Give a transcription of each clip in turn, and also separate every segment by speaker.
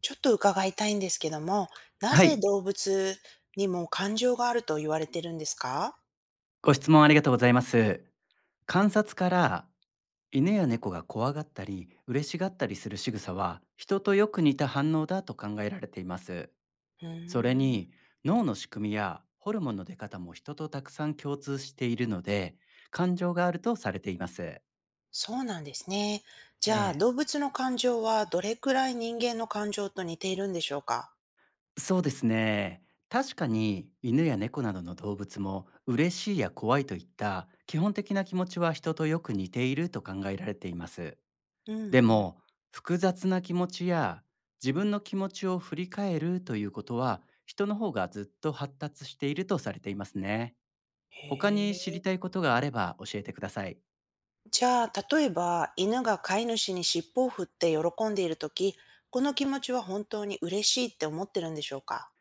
Speaker 1: ちょっと伺いたいんですけども、な
Speaker 2: は
Speaker 1: ぜ
Speaker 2: い、
Speaker 1: 動物にも感情があると言われてるんですか？
Speaker 2: ご質問ありがとうございます。観察から犬や猫が怖がったり嬉しがったりする仕草は人とよく似た反応だと考えられています。
Speaker 1: う
Speaker 2: それ
Speaker 1: ーん、
Speaker 2: に脳の仕組みやホルモンの出方も人とたくさん共通しているので、感情があるとされています。
Speaker 1: そうなんですね。
Speaker 2: え
Speaker 1: じゃあ、
Speaker 2: え、
Speaker 1: 動物の感情はどれくらい人間の感情と似ているんでしょうか？
Speaker 2: そうですね。確かに犬や猫などの動物も嬉しいや怖いといった基本的な気持ちは人とよく似ていると考えられています。
Speaker 1: う
Speaker 2: で
Speaker 1: んうん。
Speaker 2: も、複雑な気持ちや自分の気持ちを振り返るということは、人の方がずっと発達しているとされていますね。
Speaker 1: へ
Speaker 2: 他に知り
Speaker 1: え。
Speaker 2: たいことがあれば教えてください。
Speaker 1: じゃあ、例えば、犬が飼い主に尻尾を振って喜んでいるとき、この気持ちは本当に嬉しいって思ってるんでしょうか？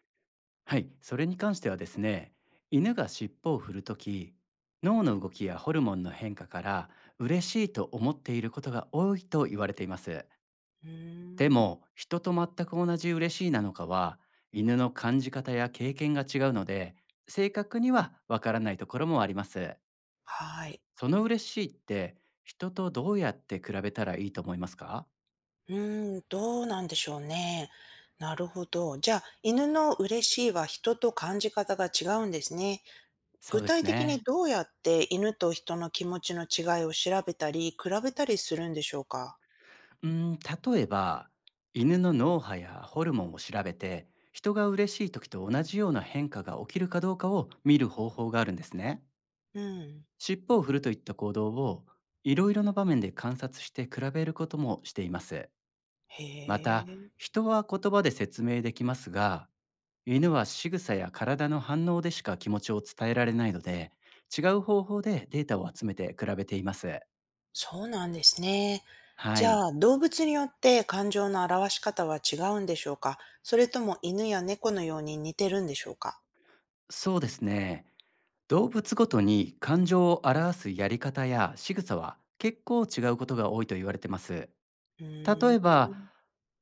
Speaker 2: はい、それに関してはですね、犬が尻尾を振るとき、脳の動きやホルモンの変化から嬉しいと思っていることが多いと言われています。
Speaker 1: う
Speaker 2: で
Speaker 1: ーん。
Speaker 2: も、人と全く同じ嬉しいなのかは、犬の感じ方や経験が違うので、正確にはわからないところもあります。
Speaker 1: はい。
Speaker 2: その嬉しいって、人とどうやって比べたらいいと思いますか？
Speaker 1: うーん、どうなんでしょうね。なるほど。じゃあ、犬の嬉しいは人と感じ方が違うんですね。
Speaker 2: そう
Speaker 1: 具
Speaker 2: です
Speaker 1: 体的に
Speaker 2: ね。
Speaker 1: どうやって犬と人の気持ちの違いを調べたり、比べたりするんでしょうか？
Speaker 2: うーん、例えば、犬の脳波やホルモンを調べて、人が嬉しい時と同じような変化が起きるかどうかを見る方法があるんですね。
Speaker 1: うん。
Speaker 2: 尻尾を振るといった行動を、いろいろな場面で観察して比べることもしています。
Speaker 1: へ
Speaker 2: また、
Speaker 1: え、
Speaker 2: 人は言葉で説明できますが、犬は仕草や体の反応でしか気持ちを伝えられないので、違う方法でデータを集めて比べています。
Speaker 1: そうなんですね。
Speaker 2: は
Speaker 1: じ
Speaker 2: い。
Speaker 1: ゃあ、動物によって感情の表し方は違うんでしょうか？それとも犬や猫のように似てるんでしょうか？
Speaker 2: そうですね。動物ごとに感情を表すやり方や仕草は結構違うことが多いと言われてます。
Speaker 1: うー
Speaker 2: 例え
Speaker 1: ん。
Speaker 2: ば、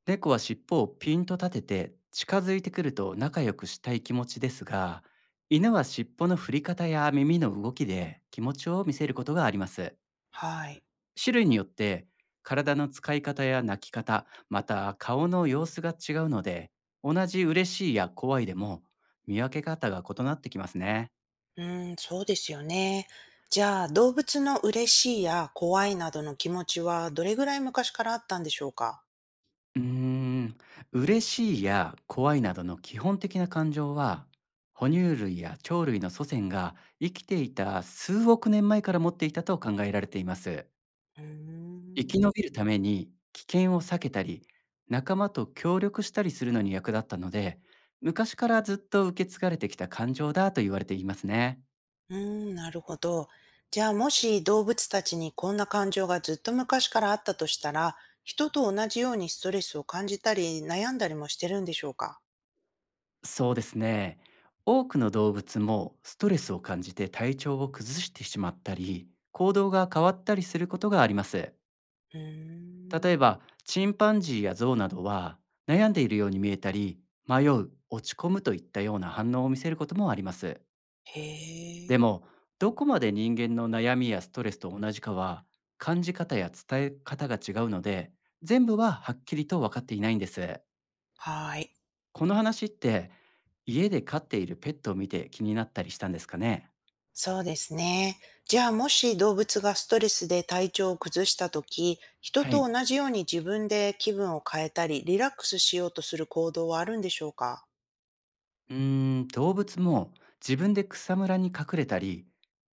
Speaker 2: 猫は尻尾をピンと立てて近づいてくると仲良くしたい気持ちですが、犬は尻尾の振り方や耳の動きで気持ちを見せることがあります。
Speaker 1: はい。
Speaker 2: 種類によって体の使い方や鳴き方、また顔の様子が違うので、同じ嬉しいや怖いでも見分け方が異なってきますね。
Speaker 1: うーん、そうですよね。じゃあ、動物の嬉しいや怖いなどの気持ちはどれぐらい昔からあったんでしょうか？
Speaker 2: うーん、嬉しいや怖いなどの基本的な感情は、哺乳類や鳥類の祖先が生きていた数億年前から持っていたと考えられています。
Speaker 1: うー
Speaker 2: 生
Speaker 1: ん、
Speaker 2: き延びるために危険を避けたり、仲間と協力したりするのに役立ったので、昔からずっと受け継がれてきた感情だと言われていますね。
Speaker 1: うーん、なるほど。じゃあ、もし動物たちにこんな感情がずっと昔からあったとしたら、人と同じようにストレスを感じたり悩んだりもしてるんでしょうか？
Speaker 2: そうですね。多くの動物もストレスを感じて体調を崩してしまったり、行動が変わったりすることがあります。
Speaker 1: うー
Speaker 2: 例え
Speaker 1: ん、
Speaker 2: ばチンパンジーやゾウなどは悩んでいるように見えたり、迷う落ち込むといったような反応を見せることもあります。
Speaker 1: へえ、
Speaker 2: でも、どこまで人間の悩みやストレスと同じかは、感じ方や伝え方が違うので、全部ははっきりと分かっていないんです。
Speaker 1: はい。
Speaker 2: この話って、家で飼っているペットを見て気になったりしたんですかね。
Speaker 1: そうですね。じゃあもし動物がストレスで体調を崩した時、人
Speaker 2: は
Speaker 1: と
Speaker 2: い、
Speaker 1: 同じように自分で気分を変えたり、リラックスしようとする行動はあるんでしょうか？
Speaker 2: うーん、動物も自分で草むらに隠れたり、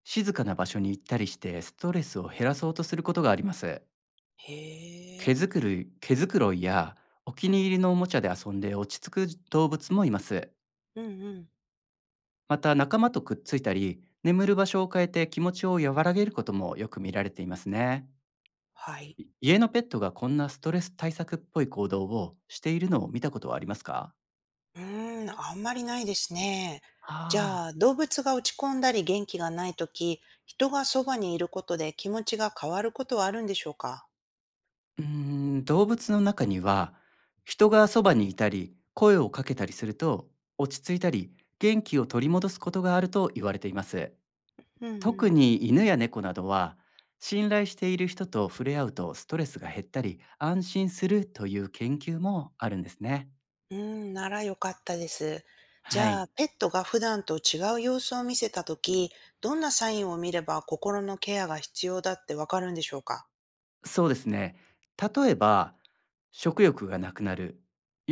Speaker 2: 静かな場所に行ったりしてストレスを減らそうとすることがあります。
Speaker 1: へ
Speaker 2: 毛
Speaker 1: え、
Speaker 2: づくろい、毛づくろいやお気に入りのおもちゃで遊んで落ち着く動物もいます。
Speaker 1: うんうん。
Speaker 2: また仲間とくっついたり、眠る場所を変えて気持ちを和らげることもよく見られていますね。
Speaker 1: はい。
Speaker 2: 家のペットがこんなストレス対策っぽい行動をしているのを見たことはありますか？
Speaker 1: うーん、あんまりないですね。じ
Speaker 2: あ
Speaker 1: ゃ
Speaker 2: あ
Speaker 1: あ
Speaker 2: ー、
Speaker 1: 動物が落ち込んだり元気がない時、人がそばにいることで気持ちが変わることはあるんでしょうか？
Speaker 2: うーん、動物の中には人がそばにいたり声をかけたりすると落ち着いたり元気を取り戻すことがあると言われています。
Speaker 1: うんう
Speaker 2: 特
Speaker 1: ん。
Speaker 2: に犬や猫などは信頼している人と触れ合うとストレスが減ったり安心するという研究もあるんですね。
Speaker 1: うーん、なら良かったです。じ
Speaker 2: は
Speaker 1: ゃあ、
Speaker 2: い。
Speaker 1: ペットが普段と違う様子を見せたとき、どんなサインを見れば心のケアが必要だってわかるんでしょうか？
Speaker 2: そうですね。例えば、食欲がなくなる、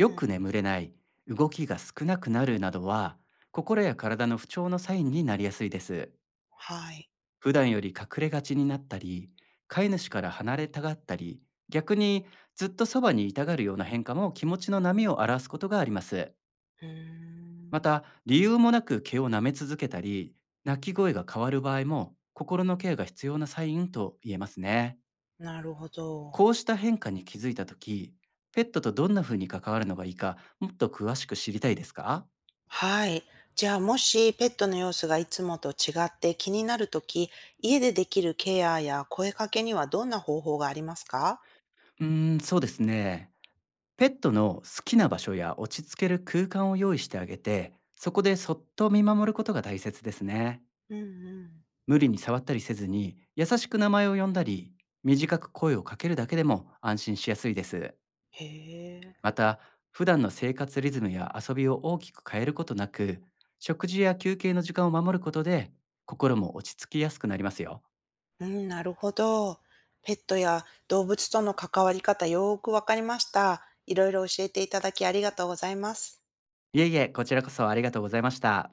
Speaker 1: うん。
Speaker 2: く眠れない、動きが少なくなるなどは心や体の不調のサインになりやすいです。
Speaker 1: はい。
Speaker 2: 普段より隠れがちになったり、飼い主から離れたがったり、逆にずっとそばにいたがるような変化も気持ちの波を表すことがあります。
Speaker 1: うー
Speaker 2: ま
Speaker 1: ん。
Speaker 2: た、理由もなく毛を舐め続けたり、鳴き声が変わる場合も心のケアが必要なサインと言えますね。
Speaker 1: なるほど。
Speaker 2: こうした変化に気づいたとき、ペットとどんな風に関わるのがいいか、もっと詳しく知りたいですか？
Speaker 1: はい。じゃあ、もしペットの様子がいつもと違って気になるとき、家でできるケアや声かけにはどんな方法がありますか？
Speaker 2: うーん、そうですね。ペットの好きな場所や落ち着ける空間を用意してあげて、そこでそっと見守ることが大切ですね。
Speaker 1: うんうん。
Speaker 2: 無理に触ったりせずに、優しく名前を呼んだり、短く声をかけるだけでも安心しやすいです。
Speaker 1: へえ。
Speaker 2: また、普段の生活リズムや遊びを大きく変えることなく、食事や休憩の時間を守ることで、心も落ち着きやすくなりますよ。
Speaker 1: うん、なるほど。ペットや動物との関わり方よーくわかりました。いろいろ教えていただきありがとうございます。
Speaker 2: いえいえ、こちらこそありがとうございました。